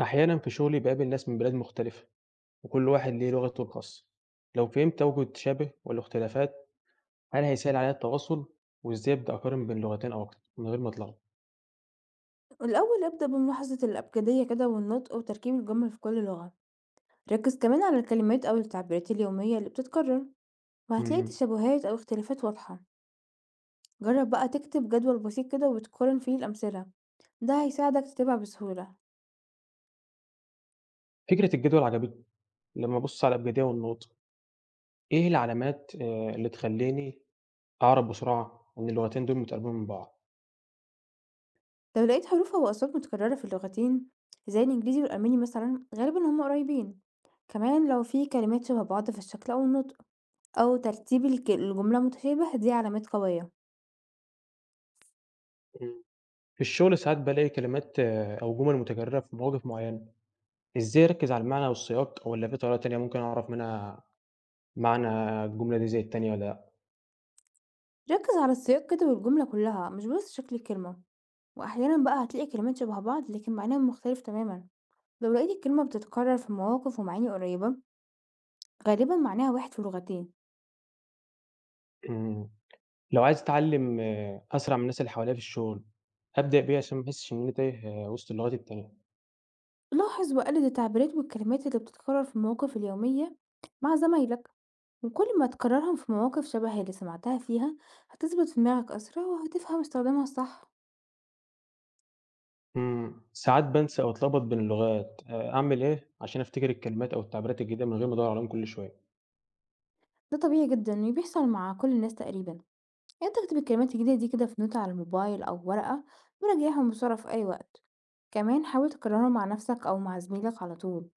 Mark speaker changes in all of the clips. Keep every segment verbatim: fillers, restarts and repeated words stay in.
Speaker 1: أحيانا في شغلي بقابل ناس من بلاد مختلفة، وكل واحد ليه لغته الخاصة. لو فهمت أوجه التشابه والاختلافات، هل هيسهل عليا التواصل وإزاي أبدأ أقارن بين لغتين أو أكتر من غير ما أتلخبط؟
Speaker 2: الأول ابدأ بملاحظة الأبجدية كده والنطق وتركيب الجمل في كل لغة. ركز كمان على الكلمات أو التعبيرات اليومية اللي بتتكرر وهتلاقي
Speaker 1: مم.
Speaker 2: تشابهات أو اختلافات واضحة. جرب بقى تكتب جدول بسيط كده وتقارن فيه الأمثلة، ده هيساعدك تتابع بسهولة.
Speaker 1: فكرة الجدول عجبتني. لما أبص على الأبجدية والنطق، إيه العلامات آه، اللي تخليني أعرف بسرعة إن اللغتين دول متقاربين من بعض؟
Speaker 2: لو لقيت حروف أو أصوات متكررة في اللغتين زي الإنجليزي والألماني مثلا غالبا هما قريبين. كمان لو في كلمات شبه بعض في الشكل أو النطق أو ترتيب الك- الجملة متشابه، دي علامات قوية.
Speaker 1: مم. في الشغل ساعات بلاقي كلمات آه، أو جمل متكررة في مواقف معينة. إزاي أركز على المعنى والسياق، ولا في طريقة تانية ممكن أعرف منها معنى الجملة دي زي التانية ولا لأ؟
Speaker 2: ركز على السياق كده والجملة كلها مش بس شكل الكلمة، وأحيانًا بقى هتلاقي كلمات شبه بعض لكن معناها مختلف تمامًا، لو لقيت الكلمة بتتكرر في مواقف ومعاني قريبة غالبًا معناها واحد في اللغتين.
Speaker 1: مم. لو عايز أتعلّم آه، أسرع من الناس اللي حواليّا في الشغل، أبدأ بإيه عشان ما أحسّش إن أنا تايه آه، وسط اللغات التانية؟
Speaker 2: لاحظ وقلد التعبيرات والكلمات اللي بتتكرر في المواقف اليومية مع زمايلك، وكل ما تكررهم في مواقف شبه اللي سمعتها فيها هتثبت في دماغك أسرع وهتفهم استخدامها الصح.
Speaker 1: إمم، ساعات بانسى أو أتلخبط بين اللغات، آآ أعمل إيه عشان أفتكر الكلمات أو التعبيرات الجديدة من غير ما أدوّر عليهم كل شوية؟
Speaker 2: ده طبيعي جدًا وبيحصل مع كل الناس تقريبًا، يعني أنت اكتب الكلمات الجديدة دي كده في نوتة على الموبايل أو ورقة وراجعهم بسرعة في أي وقت، كمان حاول تكررها مع نفسك أو مع زميلك على طول.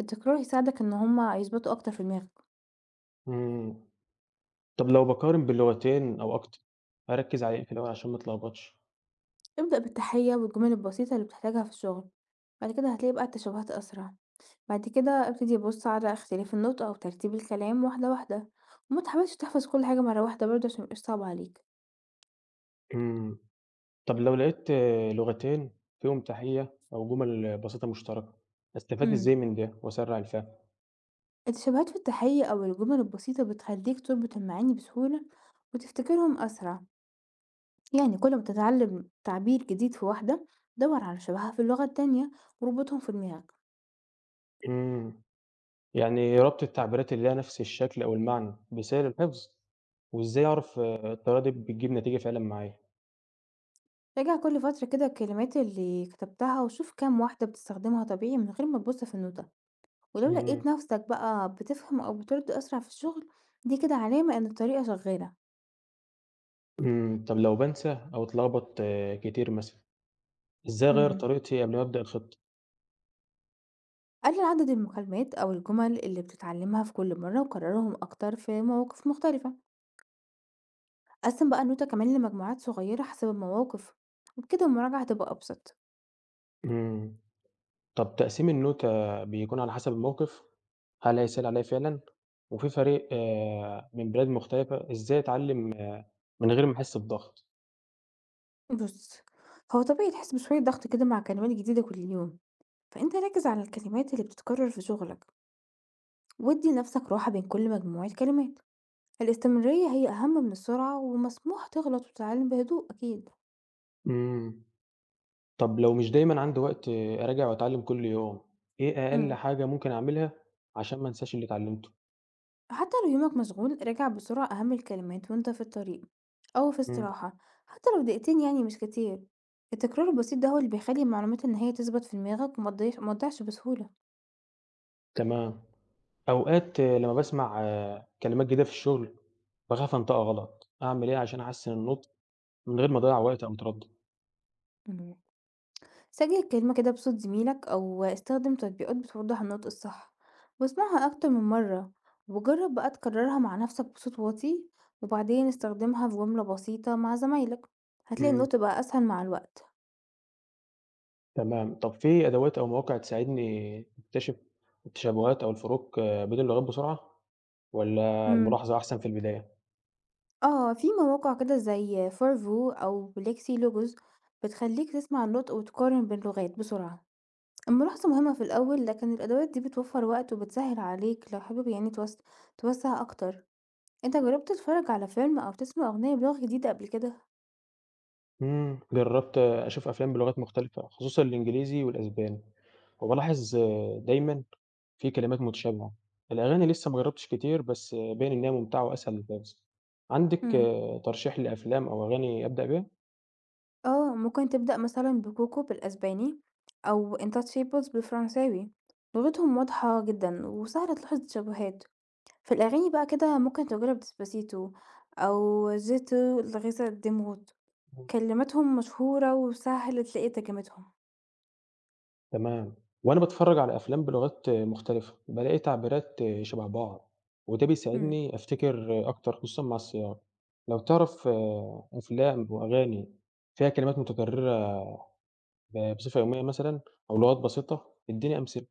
Speaker 2: التكرار يساعدك إن هما يثبتوا أكتر في دماغك.
Speaker 1: إمم، طب لو باقارن بين لغتين أو أكتر، أركّز على إيه في الأول عشان ما أتلخبطش؟
Speaker 2: ابدأ بالتحية والجمل البسيطة اللي بتحتاجها في الشغل، بعد كده هتلاقي بقى التشابهات أسرع، بعد كده ابتدي بص على اختلاف النطق أو ترتيب الكلام واحدة واحدة، وما تحاولش تحفظ كل حاجة مرة واحدة برضه عشان ميبقاش صعب عليك.
Speaker 1: إمم، طب لو لقيت آه، لغتين فيهم تحية أو جُمل بسيطة مشتركة، أستفاد
Speaker 2: امم
Speaker 1: إزاي من ده وأسرّع الفهم؟
Speaker 2: التشابهات في التحية أو الجمل البسيطة بتخليك تربط المعاني بسهولة وتفتكرهم أسرع. يعني كل ما تتعلم تعبير جديد في واحدة دور على شبهها في اللغة التانية وربطهم في دماغك.
Speaker 1: إمم. يعني ربط التعبيرات اللي ليها نفس الشكل أو المعنى بيسهل الحفظ. وإزاي أعرف آه، الطريقة دي بتجيب نتيجة فعلا معايا؟
Speaker 2: راجع كل فترة كده الكلمات اللي كتبتها وشوف كام واحدة بتستخدمها طبيعي من غير ما تبص في النوتة، ولو
Speaker 1: مم.
Speaker 2: لقيت نفسك بقى بتفهم أو بترد أسرع في الشغل دي كده علامة إن الطريقة شغالة.
Speaker 1: مم. طب لو بنسى أو اتلخبط آه، كتير مثلا، إزاي أغير
Speaker 2: امم
Speaker 1: طريقتي قبل ما أبدأ الخطة؟
Speaker 2: قلل عدد المكالمات أو الجمل اللي بتتعلمها في كل مرة وكررهم أكتر في مواقف مختلفة. قسم بقى النوتة كمان لمجموعات صغيرة حسب المواقف وبكده المراجعة هتبقى أبسط.
Speaker 1: مم. طب تقسيم النوتة بيكون على حسب الموقف، هل هيسهل عليا فعلا؟ وفي فريق آه، من بلاد مختلفة، إزاي أتعلم من غير ما أحس بضغط؟
Speaker 2: بص، هو طبيعي تحس بشوية ضغط كده مع كلمات جديدة كل يوم، فأنت ركز على الكلمات اللي بتتكرر في شغلك وادي نفسك راحة بين كل مجموعة كلمات. الاستمرارية هي أهم من السرعة ومسموح تغلط وتتعلم بهدوء أكيد.
Speaker 1: مم. طب لو مش دايمًا عندي وقت أراجع وأتعلم كل يوم، إيه أقل
Speaker 2: امم
Speaker 1: حاجة ممكن أعملها عشان ما أنساش اللي اتعلمته؟
Speaker 2: حتى لو يومك مشغول راجع بسرعة أهم الكلمات وانت في الطريق أو في
Speaker 1: إمم،
Speaker 2: استراحة، حتى لو دقيقتين يعني مش كتير. التكرار البسيط ده هو اللي بيخلي المعلومات النهائية تثبت في دماغك وما تضيعش ما تضيعش بسهولة.
Speaker 1: تمام. أوقات آه، لمّا باسمع كلمات جديدة في الشغل باخاف أنطقها غلط، أعمل إيه عشان أحسّن النطق من غير ما أضيّع وقت أو أتردد؟
Speaker 2: سجل الكلمة كده بصوت زميلك أو استخدم تطبيقات بتوضح النطق الصح واسمعها أكتر من مرة، وجرب بقى تكررها مع نفسك بصوت واطي وبعدين استخدمها في جملة بسيطة مع زمايلك، هتلاقي
Speaker 1: إمم،
Speaker 2: النطق بقى أسهل مع الوقت.
Speaker 1: تمام. طب في أدوات أو مواقع تساعدني أكتشف التشابهات أو الفروق آه، بين اللغات بسرعة، والّا
Speaker 2: مم.
Speaker 1: الملاحظة أحسن في البداية؟
Speaker 2: اه، في مواقع كده زي فورفو أو بليكسي لوجوز بتخليك تسمع النطق وتقارن بين لغات بسرعة. الملاحظة مهمة في الأول لكن الأدوات دي بتوفر وقت وبتسهل عليك لو حابب يعني توس- توسع أكتر. أنت جربت تتفرج على فيلم أو تسمع أغنية بلغة جديدة قبل كده؟
Speaker 1: إمم، جرّبت آه، أشوف أفلام بلغات مختلفة خصوصًا الإنجليزي والأسباني. وبالاحظ دايمًا في كلمات متشابهة. الأغاني لسه ما جرّبتش كتير، بس آه، باين إن هي ممتعة وأسهل للحفظ. عندِك
Speaker 2: مم.
Speaker 1: آه، ترشيح لأفلام أو أغاني أبدأ بيها؟
Speaker 2: اه، ممكن تبدأ مثلا بكوكو بالأسباني أو انتاتشيبلز بالفرنساوي، لغتهم واضحة جدا وسهل تلاحظ التشابهات. في الأغاني بقى كده ممكن تجرب ديسباسيتو أو زيتو لغيسة ديموت، كلماتهم مشهورة وسهل تلاقي ترجمتهم.
Speaker 1: تمام. وأنا باتفرّج على أفلام بلغات آه، مختلفة، بالاقي تعبيرات آه، شبه بعض، وده
Speaker 2: مم.
Speaker 1: بيساعدني أفتكر آه، أكتر خصوصًا مع السياق. لو تعرف آه، أفلام وأغاني فيها كلمات متكررة ب بصفة يومية مثلًا، أو لغات بسيطة، ادّيني أمثلة.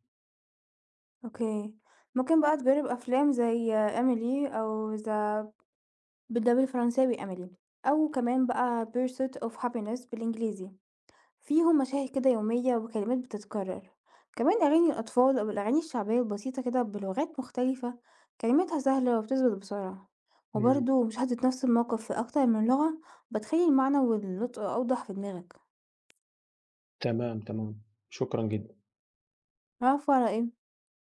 Speaker 2: اوكي، ممكن بقى تجرب أفلام زي إيميلي أو ذا بالدبل الفرنساوي إيميلي، أو كمان بقى Pursuit of Happiness بالإنجليزي، فيهم مشاهد كده يومية وكلمات بتتكرر. كمان أغاني الأطفال أو الأغاني الشعبية البسيطة كده بلغات مختلفة كلماتها سهلة وبتثبت بسرعة.
Speaker 1: إمم،
Speaker 2: وبرضه مشاهدة نفس الموقف في أكتر من لغة بتخلي المعنى والنطق أوضح في دماغك.
Speaker 1: تمام، تمام، شكرًا جدًا.
Speaker 2: عارفة ولا إيه؟